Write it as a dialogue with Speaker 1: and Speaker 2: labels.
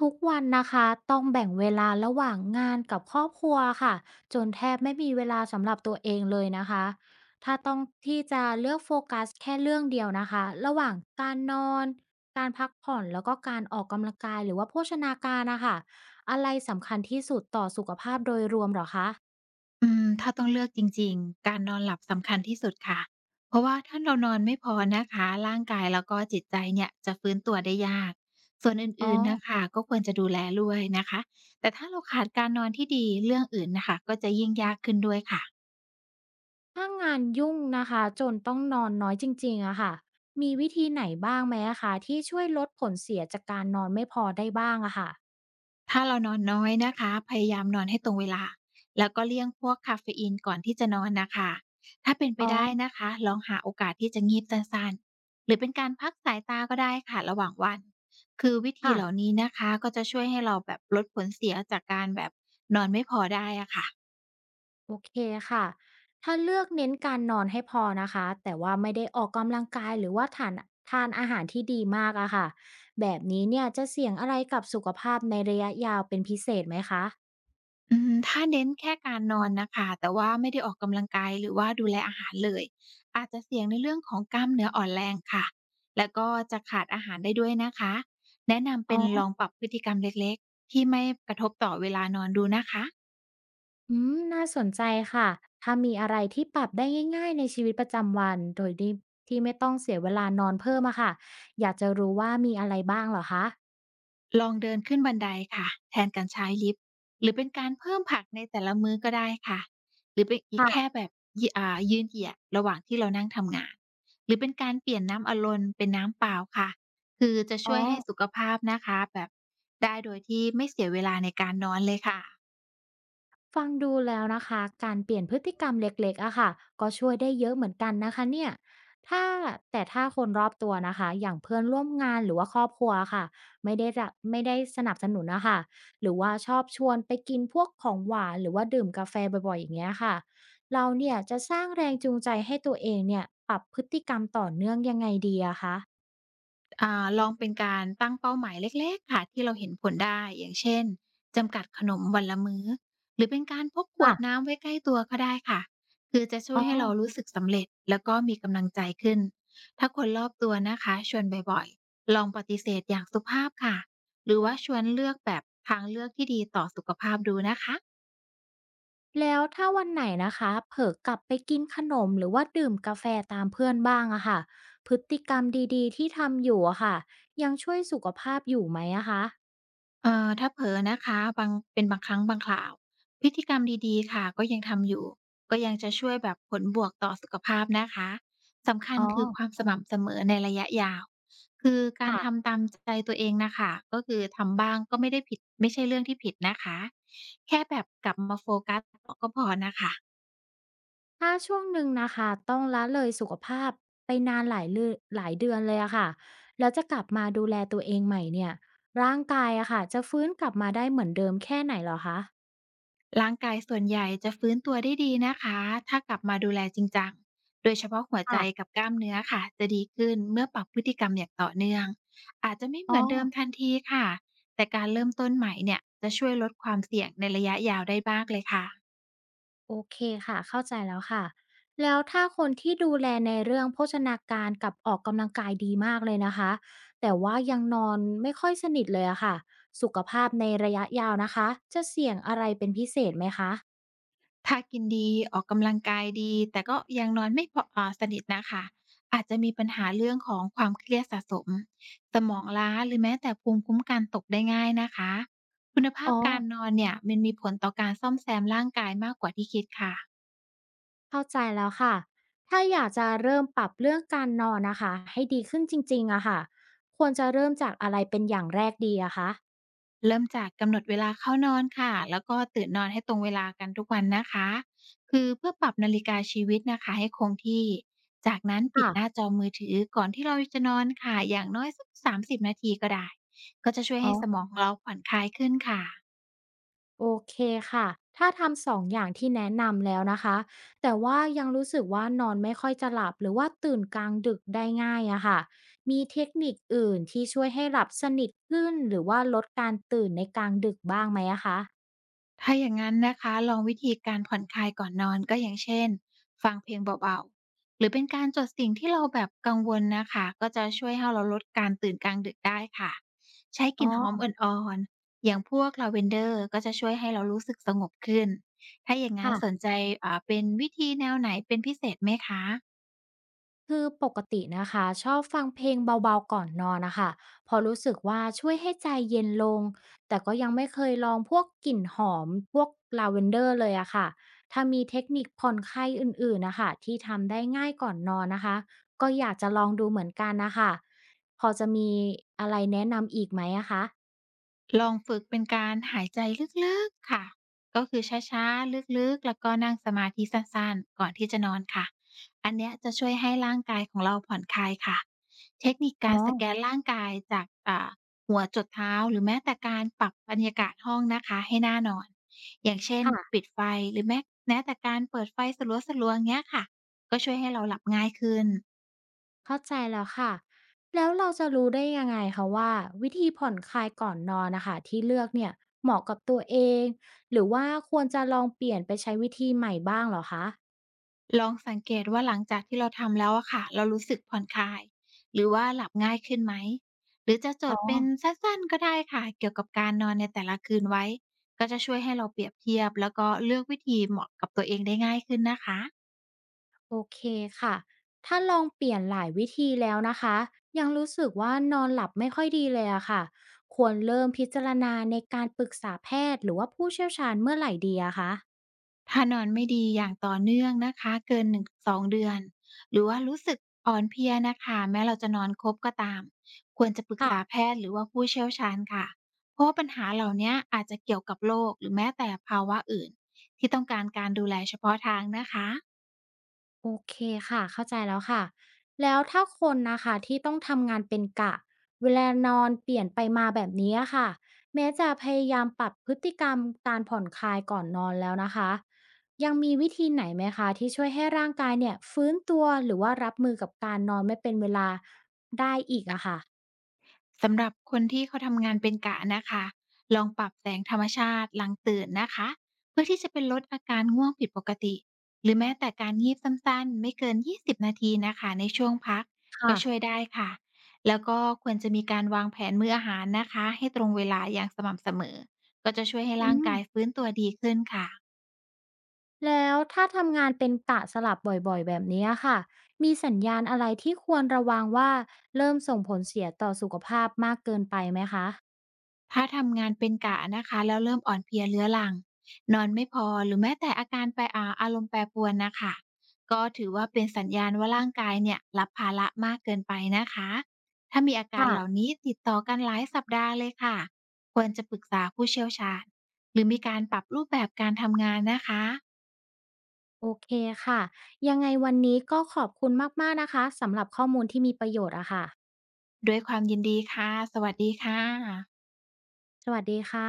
Speaker 1: ทุกวันนะคะต้องแบ่งเวลาระหว่างงานกับครอบครัวค่ะจนแทบไม่มีเวลาสำหรับตัวเองเลยนะคะถ้าต้องที่จะเลือกโฟกัสแค่เรื่องเดียวนะคะระหว่างการนอนการพักผ่อนแล้วก็การออกกำลังกายหรือว่าโภชนาการนะคะอะไรสำคัญที่สุดต่อสุขภาพโดยรวมเหรอคะ
Speaker 2: ถ้าต้องเลือกจริงๆการนอนหลับสำคัญที่สุดค่ะ เพราะว่าถ้าเรานอนไม่พอนะคะ ร่างกายแล้วก็จิตใจเนี่ยจะฟื้นตัวได้ยาก ส่วนอ
Speaker 1: อ๋อ
Speaker 2: ื่นๆน่ะค่ะก็ควรจะดูแลด้วยนะคะ แต่ถ้าเราขาดการนอนที่ดีเรื่องอื่นน่ะค่ะก็จะยิ่งยากขึ้นด้วยค่ะ
Speaker 1: ถ้างานยุ่งนะคะจนต้องนอนน้อยจริงๆอะค่ะมีวิธีไหนบ้างไหมอะคะที่ช่วยลดผลเสียจากการนอนไม่พอได้บ้างอะค่ะ
Speaker 2: ถ้าเรานอนน้อยนะคะพยายามนอนให้ตรงเวลาแล้วก็เลี่ยงพวกคาเฟอีนก่อนที่จะนอนนะคะถ้าเป็นไป
Speaker 1: อ๋
Speaker 2: ได้
Speaker 1: อ
Speaker 2: นะคะลองหาโอกาสที่จะงีบสั้นๆหรือเป็นการพักสายตาก็ได้ค่ะระหว่างวันคือวิธี
Speaker 1: ค่ะ
Speaker 2: เหล่านี้นะคะก็จะช่วยให้เราแบบลดผลเสียจากการแบบนอนไม่พอได้อะค่ะ
Speaker 1: โอเคค่ะถ้าเลือกเน้นการนอนให้พอนะคะแต่ว่าไม่ได้ออกกำลังกายหรือว่าทานอาหารที่ดีมากอะค่ะแบบนี้เนี่ยจะเสี่ยงอะไรกับสุขภาพในระยะยาวเป็นพิเศษไหมคะ
Speaker 2: ถ้าเน้นแค่การนอนน่ะค่ะแต่ว่าไม่ได้ออกกำลังกายหรือว่าดูแลอาหารเลยอาจจะเสี่ยงในเรื่องของกล้ามเนื้ออ่อนแรงค่ะแล้วก็จะขาดอาหารได้ด้วยนะคะแนะนำ
Speaker 1: อ๋
Speaker 2: เป็นล
Speaker 1: อ
Speaker 2: องปรับพฤติกรรมเล็กๆที่ไม่กระทบต่อเวลานอนดูนะคะ
Speaker 1: อืมน่าสนใจค่ะถ้ามีอะไรที่ปรับได้ง่ายๆในชีวิตประจำวันโดยที่ไม่ต้องเสียเวลานอนเพิ่มอะค่ะอยากจะรู้ว่ามีอะไรบ้างเหรอคะ
Speaker 2: ลองเดินขึ้นบันไดค่ะแทนการใช้ลิฟต์หรือเป็นการเพิ่มผักในแต่ละมื้อก็ได้ค่ะหรือเป็นอีกแค่
Speaker 1: ค่ะ
Speaker 2: แบบยิอ่ายืนเหยียดระหว่างที่เรานั่งทำงานหรือเป็นการเปลี่ยนน้ำอัดลมเป็นน้ำเปล่าค่ะคือจะ
Speaker 1: อ๋อ
Speaker 2: ช่วยให้สุขภาพนะคะแบบได้โดยที่ไม่เสียเวลาในการนอนเลยค่ะ
Speaker 1: ฟังดูแล้วนะคะการเปลี่ยนพฤติกรรมเล็กๆ อะค่ะก็ช่วยได้เยอะเหมือนกันนะคะเนี่ยถ้าแต่ถ้าคนรอบตัวนะคะอย่างเพื่อนร่วมงานหรือว่าครอบครัวค่ะไม่ได้สนับสนุนนะคะหรือว่าชอบชวนไปกินพวกของหวานหรือว่าดื่มกาแฟบ่อยๆอย่างเงี้ยค่ะเราเนี่ยจะสร้างแรงจูงใจให้ตัวเองเนี่ยปรับพฤติกรรมต่อเนื่องยังไงดีอะคะ
Speaker 2: ลองเป็นการตั้งเป้าหมายเล็กๆ ค่ะที่เราเห็นผลได้ อย่างเช่นจำกัดขนมวันละมื้อหรือเป็นการพกขวด
Speaker 1: ค่ะ
Speaker 2: น้ำไว้ใกล้ตัวก็ได้ค่ะคือจะช่ว
Speaker 1: อ๋
Speaker 2: ย
Speaker 1: อ
Speaker 2: ให้เรารู้สึกสำเร็จแล้วก็มีกำลังใจขึ้นถ้าคนรอบตัวนะคะชวนบ่อยๆลองปฏิเสธอย่างสุภาพค่ะหรือว่าชวนเลือกแบบทางเลือกที่ดีต่อสุขภาพดูนะคะ
Speaker 1: แล้วถ้าวันไหนนะคะเผลอกลับไปกินขนมหรือว่าดื่มกาแฟตามเพื่อนบ้างอะค่ะพฤติกรรมดีๆที่ทำอยู่อะค่ะยังช่วยสุขภาพอยู่ไหมอะคะ
Speaker 2: ถ้าเผลอนะคะบางเป็นบางครั้งบางคราวพฤติกรรมดีๆค่ะก็ยังทำอยู่ก็ยังจะช่วยแบบผลบวกต่อสุขภาพนะคะสำคัญ
Speaker 1: อ๋อ
Speaker 2: คือความสม่ำเสมอในระยะยาวคือการ
Speaker 1: ค่ะ
Speaker 2: ทำตามใจตัวเองน่ะค่ะก็คือทำบ้างก็ไม่ได้ผิดไม่ใช่เรื่องที่ผิดนะคะแค่แบบกลับมาโฟกัสก็พอน่ะค่ะ
Speaker 1: ถ้าช่วงหนึ่งนะคะต้องละเลยสุขภาพไปนานหลายเดือนเลยอะค่ะแล้วจะกลับมาดูแลตัวเองใหม่เนี่ยร่างกายอะค่ะจะฟื้นกลับมาได้เหมือนเดิมแค่ไหนเหรอคะ
Speaker 2: ร่างกายส่วนใหญ่จะฟื้นตัวได้ดีนะคะ ถ้ากลับมาดูแลจริงจัง โดยเฉพาะหัวใจกั
Speaker 1: ค่ะ
Speaker 2: บกล้ามเนื้อค่ะ จะดีขึ้นเมื่อปรับพฤติกรรมอย่างต่อเนื่อง อาจจะไม่เห
Speaker 1: อ๋อ
Speaker 2: มือนเดิมทันทีค่ะ แต่การเริ่มต้นใหม่เนี่ยจะช่วยลดความเสี่ยงในระยะยาวได้บ้างเลยค่ะ
Speaker 1: โอเคค่ะเข้าใจแล้วค่ะแล้วถ้าคนที่ดูแลในเรื่องโภชนาการกับออกกำลังกายดีมากเลยนะคะแต่ว่ายังนอนไม่ค่อยสนิทเลยอะค่ะสุขภาพในระยะยาวนะคะจะเสี่ยงอะไรเป็นพิเศษไหมคะ
Speaker 2: ถ้ากินดีออกกำลังกายดีแต่ก็ยังนอนไม่พอสนิทนะคะอาจจะมีปัญหาเรื่องของความเครียดสะสมสมองล้าหรือแม้แต่ภูมิคุ้มกันตกได้ง่ายนะคะคุณภา
Speaker 1: อ๋
Speaker 2: พ
Speaker 1: อ
Speaker 2: การนอนเนี่ยมันมีผลต่อการซ่อมแซมร่างกายมากกว่าที่คิดค่ะ
Speaker 1: เข้าใจแล้วค่ะถ้าอยากจะเริ่มปรับเรื่องการนอนนะคะให้ดีขึ้นจริงๆอะค่ะควรจะเริ่มจากอะไรเป็นอย่างแรกดีอะคะ
Speaker 2: เริ่มจากกำหนดเวลาเข้านอนค่ะแล้วก็ตื่นนอนให้ตรงเวลากันทุกวันนะคะคือเพื่อปรับนาฬิกาชีวิตนะคะให้คงที่จากนั้นปิด
Speaker 1: ค่ะ
Speaker 2: หน้าจอมือถือก่อนที่เราจะนอนค่ะอย่างน้อยสัก30นาทีก็ได้ก็จะช่วย
Speaker 1: อ๋
Speaker 2: ให้สม
Speaker 1: อ
Speaker 2: องของเราผ่อนคลายขึ้นค่ะ
Speaker 1: โอเคค่ะ ถ้าทำสองอย่างที่แนะนำแล้วนะคะ แต่ว่ายังรู้สึกว่านอนไม่ค่อยจะหลับหรือว่าตื่นกลางดึกได้ง่ายอะค่ะมีเทคนิคอื่นที่ช่วยให้หลับสนิทขึ้นหรือว่าลดการตื่นในกลางดึกบ้างไหมอะคะ
Speaker 2: ถ้าอย่างงั้นนะคะลองวิธีการผ่อนคลายก่อนนอนก็อย่างเช่นฟังเพลงเบาๆหรือเป็นการจดสิ่งที่เราแบบกังวลนะคะก็จะช่วยให้เราลดการตื่นกลางดึกได้ค่ะใช้ก
Speaker 1: อ๋
Speaker 2: ลิ่
Speaker 1: อ
Speaker 2: นหอมอ่อนๆอย่างพวกลาเวน ender ก็จะช่วยให้เรารู้สึกสงบขึ้นถ้าอย่างงั้นสน
Speaker 1: ค่ะ
Speaker 2: ใจเป็นวิธีแนวไหนเป็นพิเศษไหมคะ
Speaker 1: คือปกตินะคะชอบฟังเพลงเบาๆก่อนนอนนะคะเพอรู้สึกว่าช่วยให้ใจเย็นลงแต่ก็ยังไม่เคยลองพวกกลิ่นหอมพวกลาเวนเดอร์เลยอะค่ะถ้ามีเทคนิคผ่อนคลายอื่นๆนะคะที่ทำได้ง่ายก่อนนอนนะคะก็อยากจะลองดูเหมือนกันนะคะพอจะมีอะไรแนะนำอีกไหมอะคะ
Speaker 2: ลองฝึกเป็นการหายใจลึกๆค่ะก็คือช้าๆลึกๆแล้วก็นั่งสมาธิสั้นๆก่อนที่จะนอนค่ะอันเนี้ยจะช่วยให้ร่างกายของเราผ่อนคลายค่ะเทคนิคกา
Speaker 1: อ๋อ
Speaker 2: รสแกนร่างกายจากหัวจดเท้าหรือแม้แต่การปรับบรรยากาศห้องนะคะให้น่านอนอย่างเช่น
Speaker 1: ค่ะ
Speaker 2: ปิดไฟหรือแม้แต่การเปิดไฟสลัวๆเงี้ยค่ะก็ช่วยให้เราหลับง่ายขึ้น
Speaker 1: เข้าใจแล้วค่ะ แล้วเราจะรู้ได้ยังไงคะว่าวิธีผ่อนคลายก่อนนอนนะคะที่เลือกเนี่ยเหมาะกับตัวเองหรือว่าควรจะลองเปลี่ยนไปใช้วิธีใหม่บ้างเหรอคะ
Speaker 2: ลองสังเกตว่าหลังจากที่เราทำแล้วอะค่ะเรารู้สึกผ่อนคลายหรือว่าหลับง่ายขึ้นไหมหรือจะจ
Speaker 1: อ๋อ
Speaker 2: ดเป็นสั้นๆก็ได้ค่ะเกี่ยวกับการนอนในแต่ละคืนไว้ก็จะช่วยให้เราเปรียบเทียบแล้วก็เลือกวิธีเหมาะกับตัวเองได้ง่ายขึ้นนะคะ
Speaker 1: โอเคค่ะ ถ้าลองเปลี่ยนหลายวิธีแล้วนะคะยังรู้สึกว่านอนหลับไม่ค่อยดีเลยอะค่ะควรเริ่มพิจารณาในการปรึกษาแพทย์หรือว่าผู้เชี่ยวชาญเมื่อไหร่ดีอะคะ
Speaker 2: ถ้านอนไม่ดีอย่างต่อเนื่องนะคะเกิน1-2เดือนหรือว่ารู้สึกอ่อนเพลียนะคะแม้เราจะนอนครบก็ตามควรจะปรึกษาแพทย์หรือว่าผู้เชี่ยวชาญค่ะเพราะว่าปัญหาเหล่านี้อาจจะเกี่ยวกับโรคหรือแม้แต่ภาวะอื่นที่ต้องการการดูแลเฉพาะทางนะคะ
Speaker 1: โอเคค่ะเข้าใจแล้วค่ะแล้วถ้าคนนะคะที่ต้องทำงานเป็นกะเวลานอนเปลี่ยนไปมาแบบนี้อะค่ะแม้จะพยายามปรับพฤติกรรมการผ่อนคลายก่อนนอนแล้วนะคะยังมีวิธีไหนไหมคะที่ช่วยให้ร่างกายเนี่ยฟื้นตัวหรือว่ารับมือกับการนอนไม่เป็นเวลาได้อีกอะค่ะ
Speaker 2: สำหรับคนที่เขาทำงานเป็นกะนะคะ ลองปรับแสงธรรมชาติหลังตื่นนะคะ เพื่อที่จะเป็นลดอาการง่วงผิดปกติ หรือแม้แต่การงีบสั้นๆไม่เกิน20นาทีนะคะในช่วงพักก็
Speaker 1: ค่ะ
Speaker 2: ช่วยได้ค่ะ แล้วก็ควรจะมีการวางแผนมื้ออาหารนะคะให้ตรงเวลาอย่างสม่ำเสมอ ก็จะช่วยให้
Speaker 1: อื
Speaker 2: ร่าง
Speaker 1: ม
Speaker 2: กายฟื้นตัวดีขึ้นค่ะ
Speaker 1: แล้วถ้าทำงานเป็นกะสลับบ่อยๆแบบนี้ค่ะ มีสัญญาณอะไรที่ควรระวังว่าเริ่มส่งผลเสียต่อสุขภาพมากเกินไปไหมคะ
Speaker 2: ถ้าทำงานเป็นกะนะคะแล้วเริ่มอ่อนเพลียเรื้อรังนอนไม่พอหรือแม้แต่อาการแปรอารมณ์แปรปรวนนะคะก็ถือว่าเป็นสัญญาณว่าร่างกายเนี่ยรับภาระมากเกินไปนะคะถ้ามีอาการเหล่า
Speaker 1: ค่ะ
Speaker 2: นี้ติดต่อกันหลายสัปดาห์เลยค่ะควรจะปรึกษาผู้เชี่ยวชาญหรือมีการปรับรูปแบบการทำงานนะคะ
Speaker 1: โอเคค่ะ ยังไงวันนี้ก็ขอบคุณมากๆนะคะสำหรับข้อมูลที่มีประโยชน์อะค่ะ
Speaker 2: ด้วยความยินดีค่ะสวัสดีค่ะ
Speaker 1: สวัสดีค่ะ